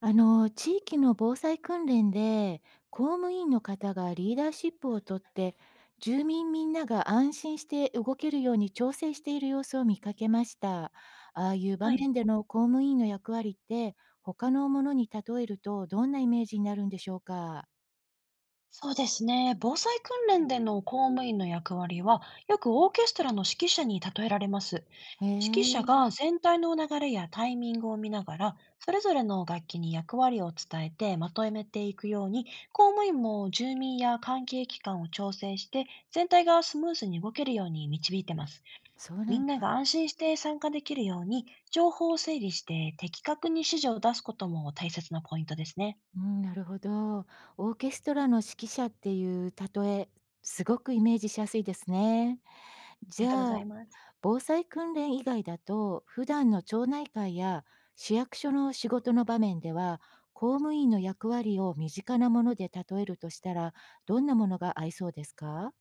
地域の防災訓練で、公務員の方がリーダーシップをとって、住民みんなが安心して動けるように調整している様子を見かけました。ああいう場はい。面での公務員の役割って、他のものに例えるとどんなイメージになるんでしょうか。そうですね。防災訓練での公務員の役割は、よくオーケストラの指揮者に例えられます。へ指揮者え、が全体の流れやタイミングを見ながら、それぞれの楽器に役割を伝えてまとめていくように、公務員も住民や関係機関を調整して、全体がスムーズに動けるように導いてます。そうみなんんなだ。が安心して参加できるように、情報を整理して的確に指示を出すことも大切なポイントですね。うん、なるほど。オーケストラの指揮者っていう例え、すごくイメージしやすいですね。ありじがとうごゃざあ、います。防災訓練以外だと普段の町内会や市役所の仕事の場面では公務員の役割を身近なもので例えるとしたらどんなものが合いそうですか？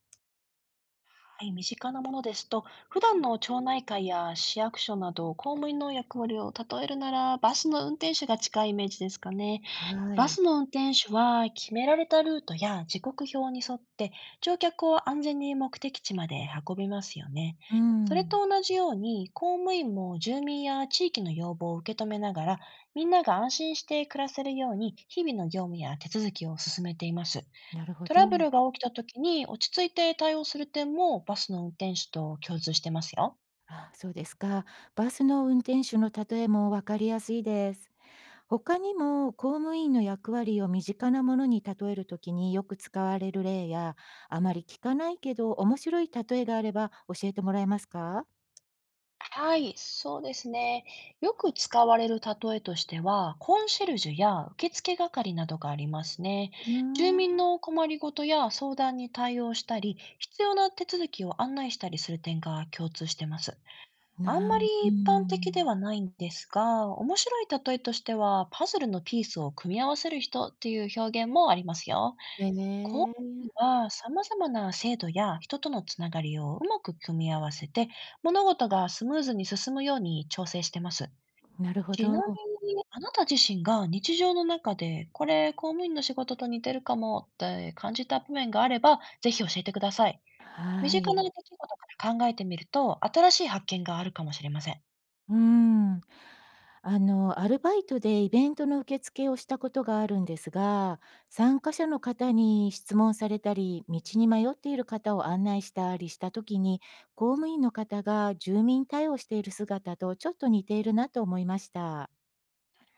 はい、身近なものですと、普段の町内会や市役所など公務員の役割を例えるなら、バスの運転手が近いイメージですかね。はバい。スの運転手は決められたルートや時刻表に沿って乗客を安全に目的地まで運びますよね。うそれん、と同じように、公務員も住民や地域の要望を受け止めながら、みんなが安心して暮らせるように日々の業務や手続きを進めています。なるほトラど。ブルが起きた時に落ち着いて対応する点もバスの運転手と共通してますよ。あ、そうですか。バスの運転手の例えもわかりやすいです。他にも公務員の役割を身近なものに例えるときによく使われる例や、あまり聞かないけど面白い例えがあれば教えてもらえますか？はい、そうですね。よく使われる例えとしては、コンシェルジュや受付係などがありますね。うー住ん。民の困りごとや相談に対応したり、必要な手続きを案内したりする点が共通してます。あんなまりう一般的でん。はないんですが、面白い例えとしては、パズルのピースを組み合わせる人っていう表現もありますよ。ええ。はえ様々な制度や人とのつながりをうまく組み合わせて、物事がスムーズに進むように調整してます。なるほちなみど。に、あなた自身が日常の中で、これ、公務員の仕事と似てるかもって感じた場面があれば、ぜひ教えてください。身は近ない。出来事から考えてみると、新しい発見があるかもしれません。なるうん。アルバイトでイベントの受付をしたことがあるんですが、参加者の方に質問されたり、道に迷っている方を案内したりしたときに、公務員の方が住民対応している姿とちょっと似ているなと思いました。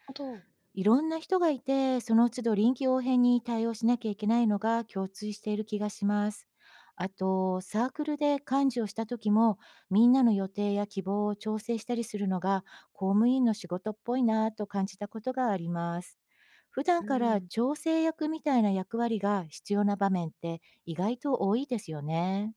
ほど。いろんな人がいて、その都度臨機応変に対応しなきゃいけないのが共通している気がします。あと、サークルで幹事をした時も、みんなの予定や希望を調整したりするのが、公務員の仕事っぽいなぁと感じたことがあります。普う段からん、調整役みたいな役割が必要な場面って意外と多いですよね。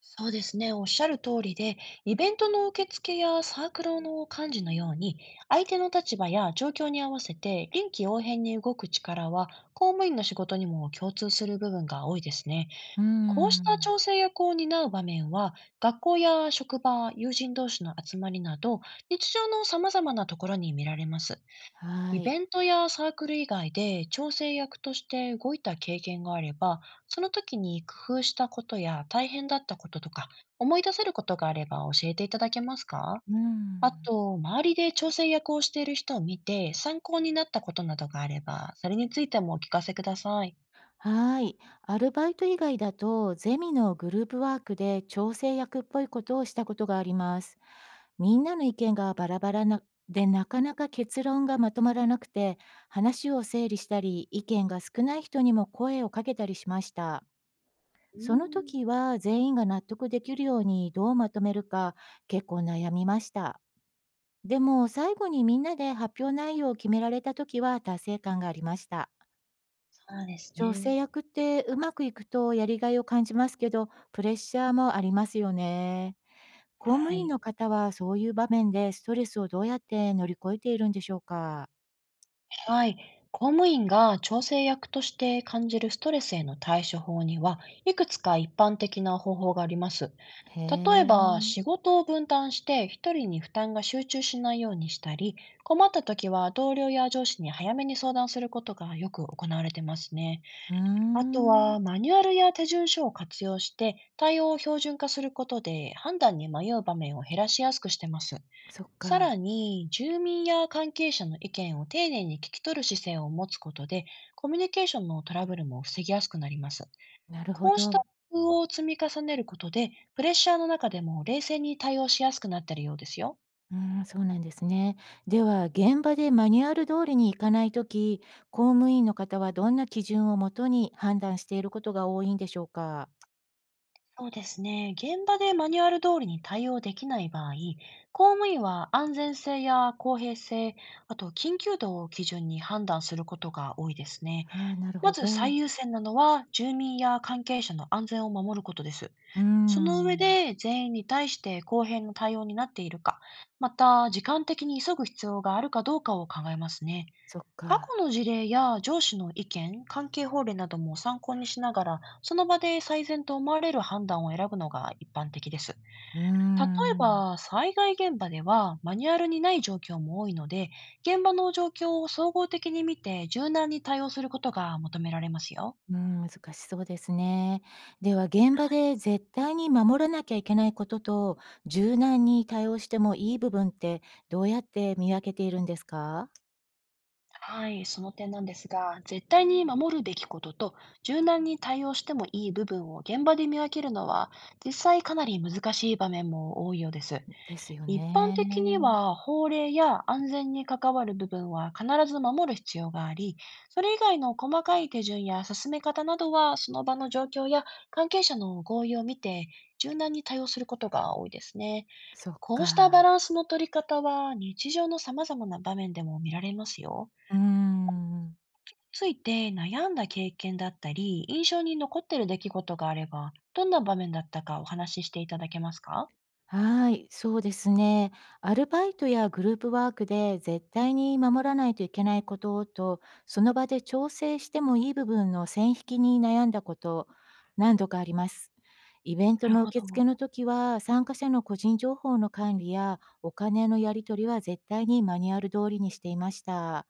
そうですね、おっしゃる通りで、イベントの受付やサークルの幹事のように、相手の立場や状況に合わせて臨機応変に動く力は、公務員の仕事にも共通する部分が多いですね。うーこうしたん。調整役を担う場面は、学校や職場、友人同士の集まりなど、日常の様々なところに見られます。はイい。ベントやサークル以外で調整役として動いた経験があれば、その時に工夫したことや大変だったこととか、思い出せることがあれば教えていただけますか？うーあん。と、周りで調整役をしている人を見て参考になったことなどがあれば、それについてもお聞かせください。はい。アルバイト以外だと、ゼミのグループワークで調整役っぽいことをしたことがあります。みんなの意見がバラバラなで、なかなか結論がまとまらなくて、話を整理したり、意見が少ない人にも声をかけたりしました。うーそのん、時は全員が納得できるようにどうまとめるか結構悩みました。でも最後にみんなで発表内容を決められた時は達成感がありました。そうです女ね。ね。性役ってうまくいくとやりがいを感じますけど、プレッシャーもありますよね。公務は員い。の方はそういう場面でストレスをどうやって乗り越えているんでしょうか？はい。公務員が調整役として感じるストレスへの対処法には、いくつか一般的な方法があります。へ例ええ。ば、仕事を分担して一人に負担が集中しないようにしたり、困った時は同僚や上司に早めに相談することがよく行われてますね。うーあとん、は、マニュアルや手順書を活用して対応を標準化することで判断に迷う場面を減らしやすくしてます。そっさらか、に、住民や関係者の意見を丁寧に聞き取る姿勢を持つことで、コミュニケーションのトラブルも防ぎやすくなります。なるほこうしど。た工夫を積み重ねることで、プレッシャーの中でも冷静に対応しやすくなっているようですよ。うーん、そうなんですね。では、現場でマニュアル通りにいかないとき、公務員の方はどんな基準をもとに判断していることが多いんでしょうか？そうですね。現場でマニュアル通りに対応できない場合、公務員は安全性や公平性、あと緊急度を基準に判断することが多いですね。ああ、なるまほずど。最優先なのは、住民や関係者の安全を守ることです。うーその上ん、で全員に対して公平な対応になっているか、また時間的に急ぐ必要があるかどうかを考えますね。そっ過か。去の事例や上司の意見、関係法令なども参考にしながら、その場で最善と思われる判断を選ぶのが一般的です。うー例えん。ば、災害現場ではマニュアルにない状況も多いので、現場の状況を総合的に見て柔軟に対応することが求められますよ。うん、難しそうですね。では現場で絶対に守らなきゃいけないことと、柔軟に対応してもいい部分ってどうやって見分けているんですか？はい、その点なんですが、絶対に守るべきことと、柔軟に対応してもいい部分を現場で見分けるのは、実際かなり難しい場面も多いようです。ですよ一般ね。的には、法令や安全に関わる部分は必ず守る必要があり、それ以外の細かい手順や進め方などは、その場の状況や関係者の合意を見て、柔軟に対応することが多いですね。そっこうしたか。バランスの取り方は、日常の様々な場面でも見られますよ。うーん。ついて悩んだ経験だったり、印象に残ってる出来事があれば、どんな場面だったかお話ししていただけますか？はい、そうですね。アルバイトやグループワークで絶対に守らないといけないことと、その場で調整してもいい部分の線引きに悩んだこと、何度かあります。イベンなトるのほ受付ど。の時は、参加者の個人情報の管理やお金のやり取りは絶対にマニュアル通りにしていました。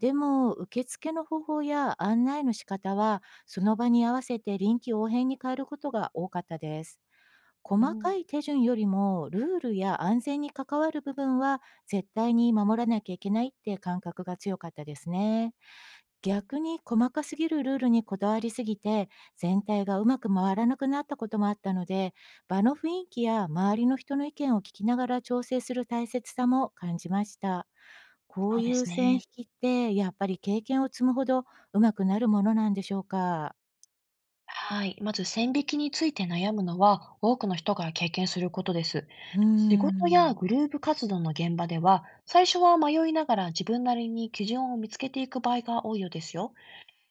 でも、受付の方法や案内の仕方は、その場に合わせて臨機応変に変えることが多かったです。う細かん。い手順よりも、ルールや安全に関わる部分は絶対に守らなきゃいけないって感覚が強かったですね。逆に細かすぎるルールにこだわりすぎて、全体がうまく回らなくなったこともあったので、場の雰囲気や周りの人の意見を聞きながら調整する大切さも感じました。こそうういでうす線引ね。きって、やっぱり経験を積むほど上手くなるものなんでしょうか。はい。まず線引きについて悩むのは、多くの人が経験することです。うー仕事やん、グループ活動の現場では、最初は迷いながら自分なりに基準を見つけていく場合が多いようですよ。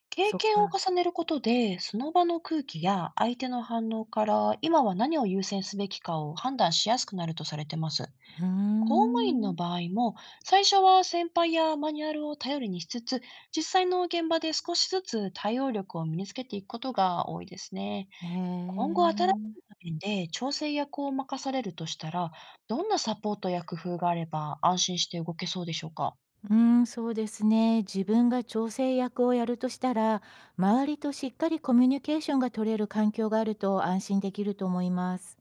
経そっ験をか。重ねることで、その場の空気や相手の反応から、今は何を優先すべきかを判断しやすくなるとされてます。うー公務員のん。場合も、最初は先輩やマニュアルを頼りにしつつ、実際の現場で少しずつ対応力を身につけていくことが多いですね。へ今後新しえ。い場面で調整役を任されるとしたら、どんなサポートや工夫があれば安心して動けそうでしょうか？うん、そうですね。自分が調整役をやるとしたら、周りとしっかりコミュニケーションが取れる環境があると安心できると思います。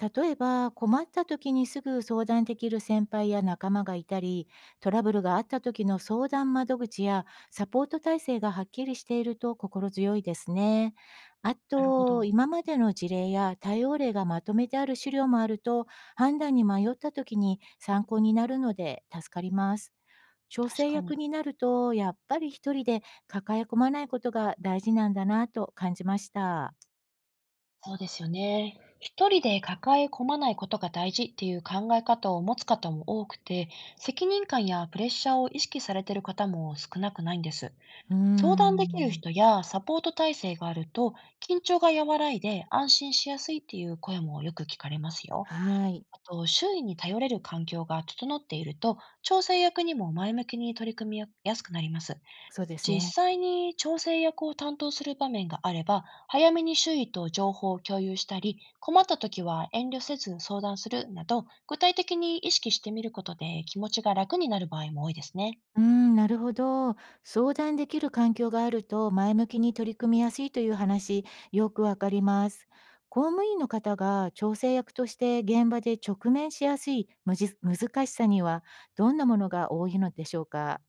例えば、困った時にすぐ相談できる先輩や仲間がいたり、トラブルがあった時の相談窓口やサポート体制がはっきりしていると心強いですね。あなるほと、ど。今までの事例や対応例がまとめてある資料もあると、判断に迷った時に参考になるので助かります。調確整かに。役になると、やっぱり一人で抱え込まないことが大事なんだなと感じました。そうですよね。一人で抱え込まないことが大事っていう考え方を持つ方も多くて、責任感やプレッシャーを意識されている方も少なくないんです。うー相談できるん。人やサポート体制があると、緊張が和らいで安心しやすいっていう声もよく聞かれますよ。はい。あと、周囲に頼れる環境が整っていると、調整役にも前向きに取り組みやすくなります。そうです実ね。際に調整役を担当する場面があれば、早めに周囲と情報を共有したり、困った時は遠慮せず相談するなど、具体的に意識してみることで気持ちが楽になる場合も多いですね。うーん、なるほど。相談できる環境があると前向きに取り組みやすいという話、よくわかります。公務員の方が調整役として現場で直面しやすい難しさにはどんなものが多いのでしょうか？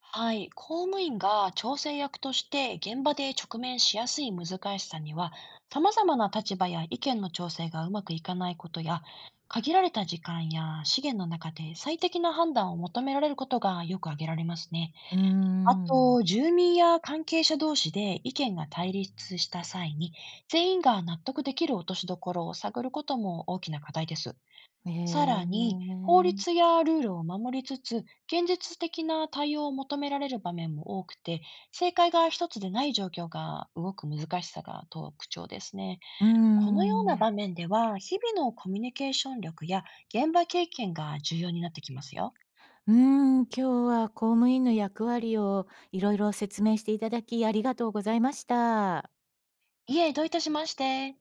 はい、公務員が調整役として現場で直面しやすい難しさには、様々な立場や意見の調整がうまくいかないことや、限られた時間や資源の中で最適な判断を求められることがよく挙げられますね。うーあん。と、住民や関係者同士で意見が対立した際に、全員が納得できる落としどころを探ることも大きな課題です。えさらに、え。法律やルールを守りつつ、現実的な対応を求められる場面も多くて、正解が一つでない状況が動く難しさが特徴ですね。うーこのようなん。場面では、日々のコミュニケーション力や現場経験が重要になってきますよ。うーん、今日は公務員の役割をいろいろ説明していただきありがとうございました。いえ、どういたしまして。